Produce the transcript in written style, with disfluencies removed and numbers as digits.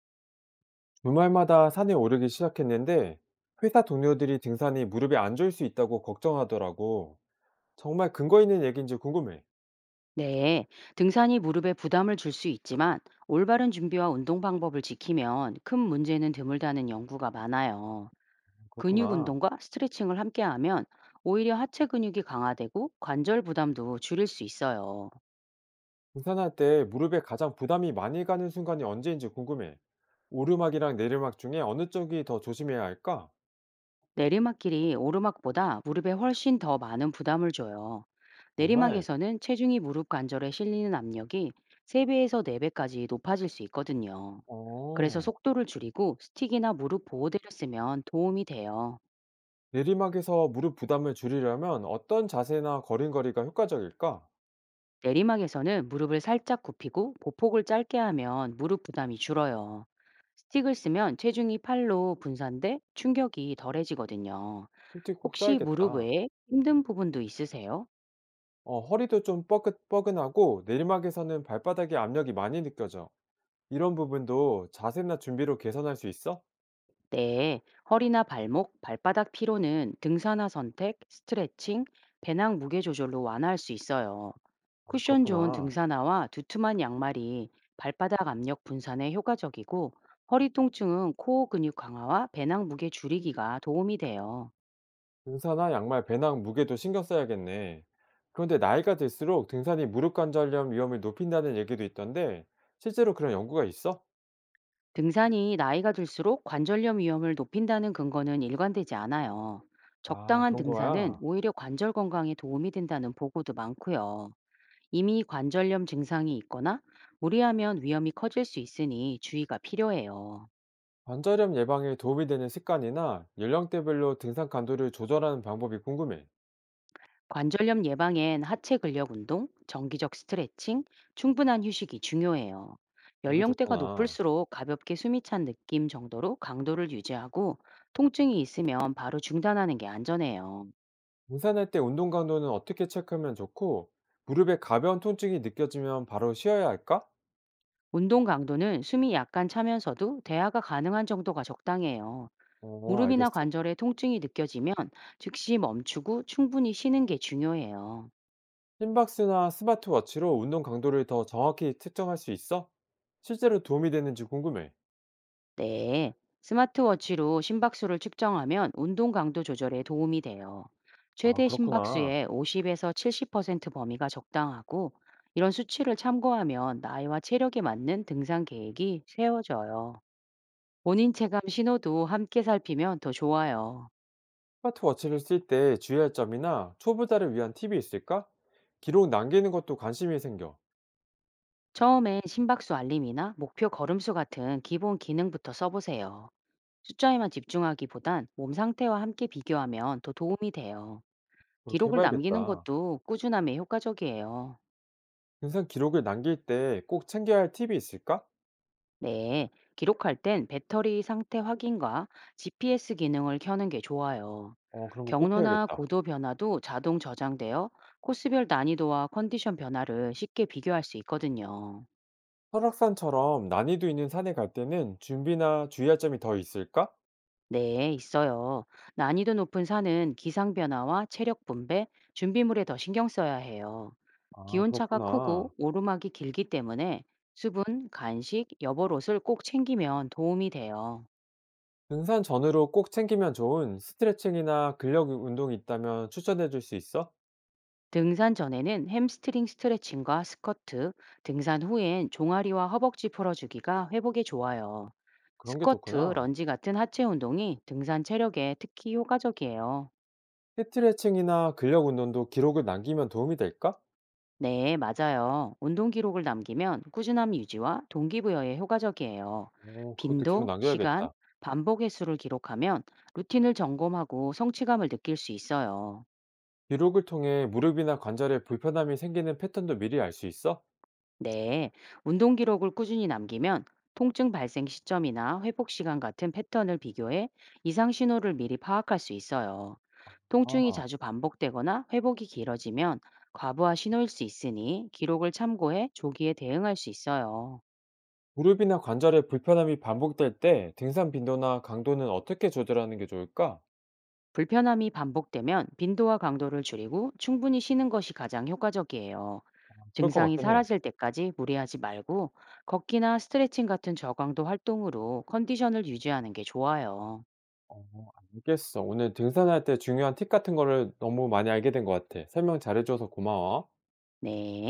주말마다 산에 오르기 시작했는데 회사 동료들이 등산이 무릎에 안 좋을 수 있다고 걱정하더라고. 정말 근거 있는 얘기인지 궁금해. 네, 등산이 무릎에 부담을 줄 수 있지만 올바른 준비와 운동 방법을 지키면 큰 문제는 드물다는 연구가 많아요. 아, 근육 그렇구나. 운동과 스트레칭을 함께하면 오히려 하체 근육이 강화되고 관절 부담도 줄일 수 있어요. 등산할 때 무릎에 가장 부담이 많이 가는 순간이 언제인지 궁금해. 오르막이랑 내리막 중에 어느 쪽이 더 조심해야 할까? 내리막길이 오르막보다 무릎에 훨씬 더 많은 부담을 줘요. 정말? 내리막에서는 체중이 무릎 관절에 실리는 압력이 3배에서 4배까지 높아질 수 있거든요. 그래서 어. 속도를 줄이고 스틱이나 무릎 보호대를 쓰면 도움이 돼요. 내리막에서 무릎 부담을 줄이려면 어떤 자세나 걸음걸이가 효과적일까? 내리막에서는 무릎을 살짝 굽히고 보폭을 짧게 하면 무릎 부담이 줄어요. 스틱을 쓰면 체중이 팔로 분산돼 충격이 덜해지거든요. 팁 꼭 혹시 무릎 써야겠다. 외에 힘든 부분도 있으세요? 어, 허리도 좀 뻐근뻐근하고 내리막에서는 발바닥에 압력이 많이 느껴져. 이런 부분도 자세나 준비로 개선할 수 있어? 네, 허리나 발목, 발바닥 피로는 등산화 선택, 스트레칭, 배낭 무게 조절로 완화할 수 있어요. 아, 쿠션 좋은 그렇구나. 등산화와 두툼한 양말이 발바닥 압력 분산에 효과적이고 허리 통증은 코어 근육 강화와 배낭 무게 줄이기가 도움이 돼요. 등산화, 양말, 배낭 무게도 신경 써야겠네. 그런데 나이가 들수록 등산이 무릎 관절염 위험을 높인다는 얘기도 있던데 실제로 그런 연구가 있어? 등산이 나이가 들수록 관절염 위험을 높인다는 근거는 일관되지 않아요. 아, 적당한 그런 등산은 거야. 오히려 관절 건강에 도움이 된다는 보고도 많고요. 이미 관절염 증상이 있거나 무리하면 위험이 커질 수 있으니 주의가 필요해요. 관절염 예방에 도움이 되는 습관이나 연령대별로 등산 강도를 조절하는 방법이 궁금해. 관절염 예방엔 하체 근력 운동, 정기적 스트레칭, 충분한 휴식이 중요해요. 그런 게 연령대가 좋구나. 높을수록 가볍게 숨이 찬 느낌 정도로 강도를 유지하고 통증이 있으면 바로 중단하는 게 안전해요. 등산할 때 운동 강도는 어떻게 체크하면 좋고 무릎에 가벼운 통증이 느껴지면 바로 쉬어야 할까? 운동 강도는 숨이 약간 차면서도 대화가 가능한 정도가 적당해요. 어, 무릎이나 알겠어. 관절에 통증이 느껴지면 즉시 멈추고 충분히 쉬는 게 중요해요. 심박수나 스마트워치로 운동 강도를 더 정확히 측정할 수 있어? 실제로 도움이 되는지 궁금해. 네, 스마트워치로 심박수를 측정하면 운동 강도 조절에 도움이 돼요. 아, 최대 그렇구나. 심박수의 50에서 70% 범위가 적당하고 이런 수치를 참고하면 나이와 체력에 맞는 등산 계획이 세워져요. 본인 체감 신호도 함께 살피면 더 좋아요. 스마트워치를 쓸 때 주의할 점이나 초보자를 위한 팁이 있을까? 기록 남기는 것도 관심이 생겨. 처음엔 심박수 알림이나 목표 걸음수 같은 기본 기능부터 써보세요. 숫자에만 집중하기보단 몸 상태와 함께 비교하면 더 도움이 돼요. 그렇게 기록을 남기는 해봐야겠다. 것도 꾸준함에 효과적이에요. 등산 기록을 남길 때 꼭 챙겨야 할 팁이 있을까? 네, 기록할 땐 배터리 상태 확인과 GPS 기능을 켜는 게 좋아요. 어, 그런 거 꼭 경로나 해야겠다. 고도 변화도 자동 저장되어 코스별 난이도와 컨디션 변화를 쉽게 비교할 수 있거든요. 설악산처럼 난이도 있는 산에 갈 때는 준비나 주의할 점이 더 있을까? 네, 있어요. 난이도 높은 산은 기상 변화와 체력 분배, 준비물에 더 신경 써야 해요. 아, 기온차가 크고 그렇구나. 오르막이 길기 때문에 수분, 간식, 여벌옷을 꼭 챙기면 도움이 돼요. 등산 전후로 꼭 챙기면 좋은 스트레칭이나 근력 운동이 있다면 추천해 줄 수 있어? 등산 전에는 햄스트링 스트레칭과 스쿼트, 등산 후엔 종아리와 허벅지 풀어주기가 회복에 좋아요. 그런 게 스쿼트, 좋구나. 런지 같은 하체 운동이 등산 체력에 특히 효과적이에요. 스트레칭이나 근력 운동도 기록을 남기면 도움이 될까? 네, 맞아요. 운동 기록을 남기면 꾸준함 유지와 동기부여에 효과적이에요. 오, 그것도 기록 빈도, 시간, 남겨야겠다. 반복 횟수를 기록하면 루틴을 점검하고 성취감을 느낄 수 있어요. 기록을 통해 무릎이나 관절에 불편함이 생기는 패턴도 미리 알 수 있어? 네, 운동 기록을 꾸준히 남기면 통증 발생 시점이나 회복 시간 같은 패턴을 비교해 이상 신호를 미리 파악할 수 있어요. 통증이 아, 자주 반복되거나 회복이 길어지면 과부하 신호일 수 있으니 기록을 참고해 조기에 대응할 수 있어요. 무릎이나 관절에 불편함이 반복될 때 등산 빈도나 강도는 어떻게 조절하는 게 좋을까? 불편함이 반복되면 빈도와 강도를 줄이고 충분히 쉬는 것이 가장 효과적이에요. 그럴 것 증상이 같긴 해. 사라질 때까지 무리하지 말고 걷기나 스트레칭 같은 저강도 활동으로 컨디션을 유지하는 게 좋아요. 어, 알겠어. 오늘 등산할 때 중요한 팁 같은 거를 너무 많이 알게 된 것 같아. 설명 잘해줘서 고마워. 네.